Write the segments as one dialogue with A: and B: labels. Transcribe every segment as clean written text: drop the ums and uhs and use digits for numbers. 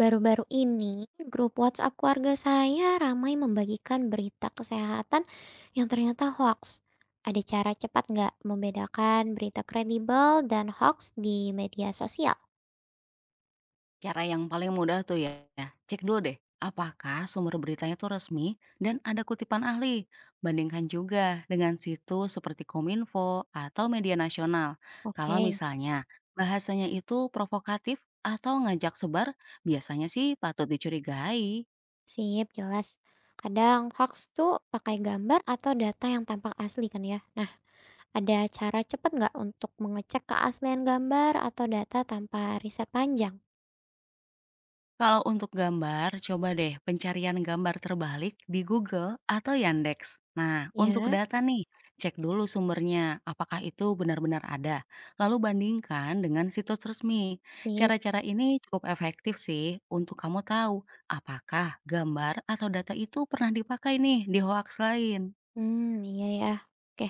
A: Baru-baru ini, grup WhatsApp keluarga saya ramai membagikan berita kesehatan yang ternyata hoax. Ada cara cepat nggak membedakan berita kredibel dan hoax di media sosial?
B: Cara yang paling mudah tuh ya, cek dulu deh apakah sumber beritanya tuh resmi dan ada kutipan ahli. Bandingkan juga dengan situs seperti Kominfo atau media nasional.
A: Oke,
B: Kalau misalnya bahasanya itu provokatif atau ngajak sebar, biasanya sih patut dicurigai.
A: sip, jelas. Kadang hoax tuh pakai gambar atau data yang tampak asli kan ya. Nah, ada cara cepat nggak untuk mengecek keaslian gambar atau data tanpa riset panjang?
B: Kalau untuk gambar, coba deh pencarian gambar terbalik di Google atau Yandex. Nah, untuk
A: Ya,
B: data nih, cek dulu sumbernya, apakah itu benar-benar ada. Lalu bandingkan dengan situs resmi.
A: sip.
B: Cara-cara ini cukup efektif sih untuk kamu tahu apakah gambar atau data itu pernah dipakai nih di hoax lain.
A: Hmm, iya ya. Oke,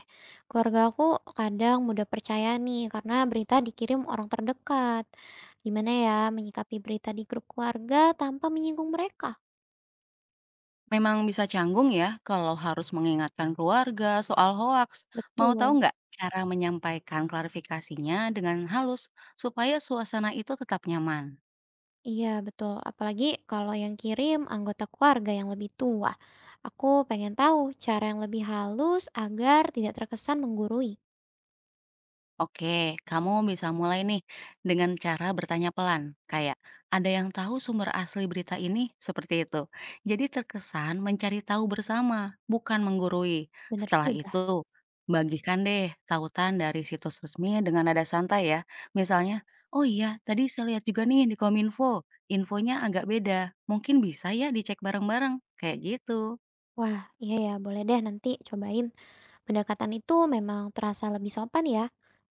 A: keluarga aku kadang mudah percaya nih karena berita dikirim orang terdekat. Gimana ya menyikapi berita di grup keluarga tanpa menyinggung mereka?
B: Memang bisa canggung ya kalau harus mengingatkan keluarga soal hoaks. Mau tahu
A: Betul.
B: nggak cara menyampaikan klarifikasinya dengan halus supaya suasana itu tetap nyaman?
A: Iya, betul. Apalagi kalau yang kirim anggota keluarga yang lebih tua. Aku pengen tahu cara yang lebih halus agar tidak terkesan menggurui.
B: Oke, kamu bisa mulai nih dengan cara bertanya pelan, kayak ada yang tahu sumber asli berita ini seperti itu. Jadi terkesan mencari tahu bersama, bukan menggurui.
A: Bener
B: Setelah
A: juga.
B: itu, bagikan deh tautan dari situs resmi dengan nada santai ya. Misalnya, oh iya, tadi saya lihat juga nih di Kominfo, infonya agak beda. Mungkin bisa ya dicek bareng-bareng, kayak gitu.
A: Wah, iya ya, boleh deh nanti cobain. Pendekatan itu memang terasa lebih sopan ya.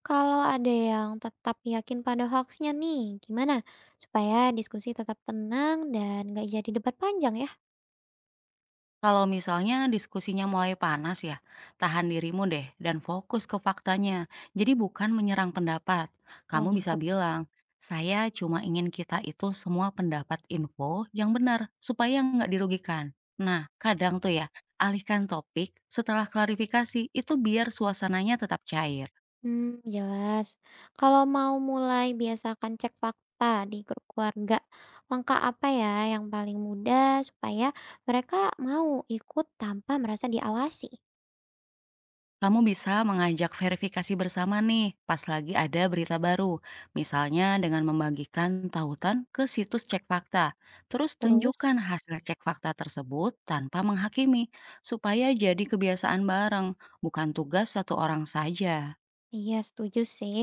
A: Kalau ada yang tetap yakin pada hoaxnya nih, gimana? Supaya diskusi tetap tenang dan nggak jadi debat panjang ya.
B: Kalau misalnya diskusinya mulai panas ya, tahan dirimu deh dan fokus ke faktanya. Jadi bukan menyerang pendapat.
A: Oh,
B: Kamu bisa
A: nangkep.
B: bilang, saya cuma ingin kita itu semua pendapat info yang benar supaya nggak dirugikan. Nah, kadang tuh ya, alihkan topik setelah klarifikasi itu biar suasananya tetap cair.
A: Hmm, jelas. Kalau mau mulai, biasakan cek fakta di grup keluarga. Langkah apa ya yang paling mudah supaya mereka mau ikut tanpa merasa diawasi?
B: Kamu bisa mengajak verifikasi bersama nih pas lagi ada berita baru, misalnya dengan membagikan tautan ke situs cek fakta. Terus
A: Terus?
B: tunjukkan hasil cek fakta tersebut tanpa menghakimi, supaya jadi kebiasaan bareng, bukan tugas satu orang saja.
A: Iya, setuju sih.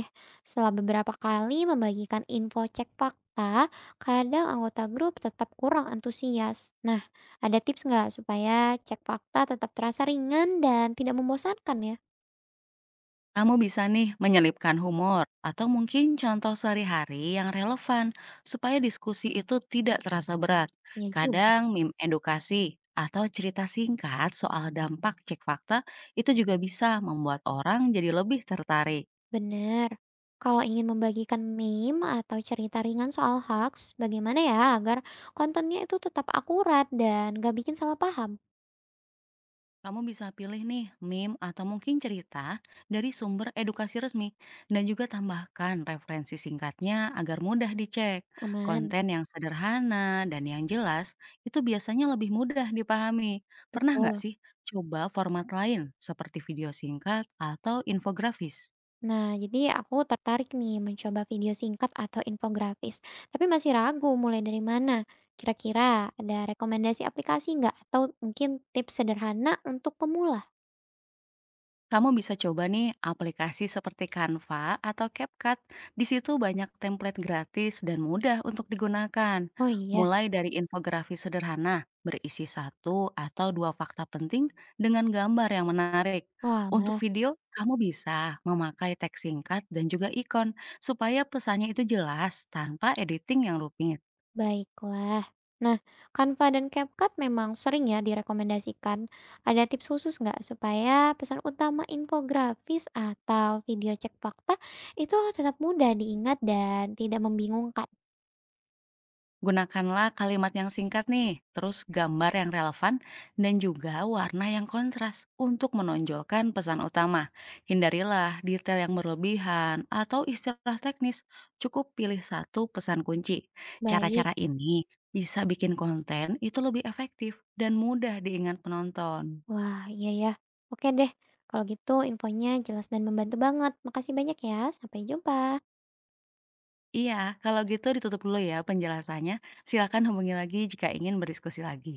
A: Setelah beberapa kali membagikan info cek fakta, kadang anggota grup tetap kurang antusias. Nah, ada tips nggak supaya cek fakta tetap terasa ringan dan tidak membosankan ya?
B: Kamu bisa nih menyelipkan humor atau mungkin contoh sehari-hari yang relevan supaya diskusi itu tidak terasa berat.
A: Ya juga.
B: Kadang meme edukasi atau cerita singkat soal dampak cek fakta itu juga bisa membuat orang jadi lebih tertarik.
A: Bener. Kalau ingin membagikan meme atau cerita ringan soal hoax, bagaimana ya agar kontennya itu tetap akurat dan nggak bikin salah paham?
B: Kamu bisa pilih nih meme atau mungkin cerita dari sumber edukasi resmi dan juga tambahkan referensi singkatnya agar mudah dicek.
A: Aman.
B: Konten yang sederhana dan yang jelas itu biasanya lebih mudah dipahami. Pernah nggak
A: Betul.
B: sih coba format lain seperti video singkat atau infografis?
A: Nah, jadi aku tertarik nih mencoba video singkat atau infografis, tapi masih ragu mulai dari mana. Kira-kira ada rekomendasi aplikasi nggak? Atau mungkin tips sederhana untuk pemula?
B: Kamu bisa coba nih aplikasi seperti Canva atau CapCut. Di situ banyak template gratis dan mudah untuk digunakan.
A: Oh iya,
B: Mulai dari infografis sederhana, berisi satu atau dua fakta penting dengan gambar yang menarik. Untuk
A: walah,
B: video, kamu bisa memakai teks singkat dan juga ikon supaya pesannya itu jelas tanpa editing yang rumit.
A: baiklah. Nah, Canva dan CapCut memang sering ya direkomendasikan. Ada tips khusus nggak supaya pesan utama infografis atau video cek fakta itu tetap mudah diingat dan tidak membingungkan?
B: Gunakanlah kalimat yang singkat nih, terus gambar yang relevan, dan juga warna yang kontras untuk menonjolkan pesan utama. Hindarilah detail yang berlebihan atau istilah teknis, cukup pilih satu pesan kunci.
A: Baik.
B: Cara-cara ini bisa bikin konten itu lebih efektif dan mudah diingat penonton.
A: Wah, iya ya. Oke deh, kalau gitu infonya jelas dan membantu banget. Makasih banyak ya. Sampai jumpa.
B: Iya, kalau gitu ditutup dulu ya penjelasannya. Silakan hubungi lagi jika ingin berdiskusi lagi.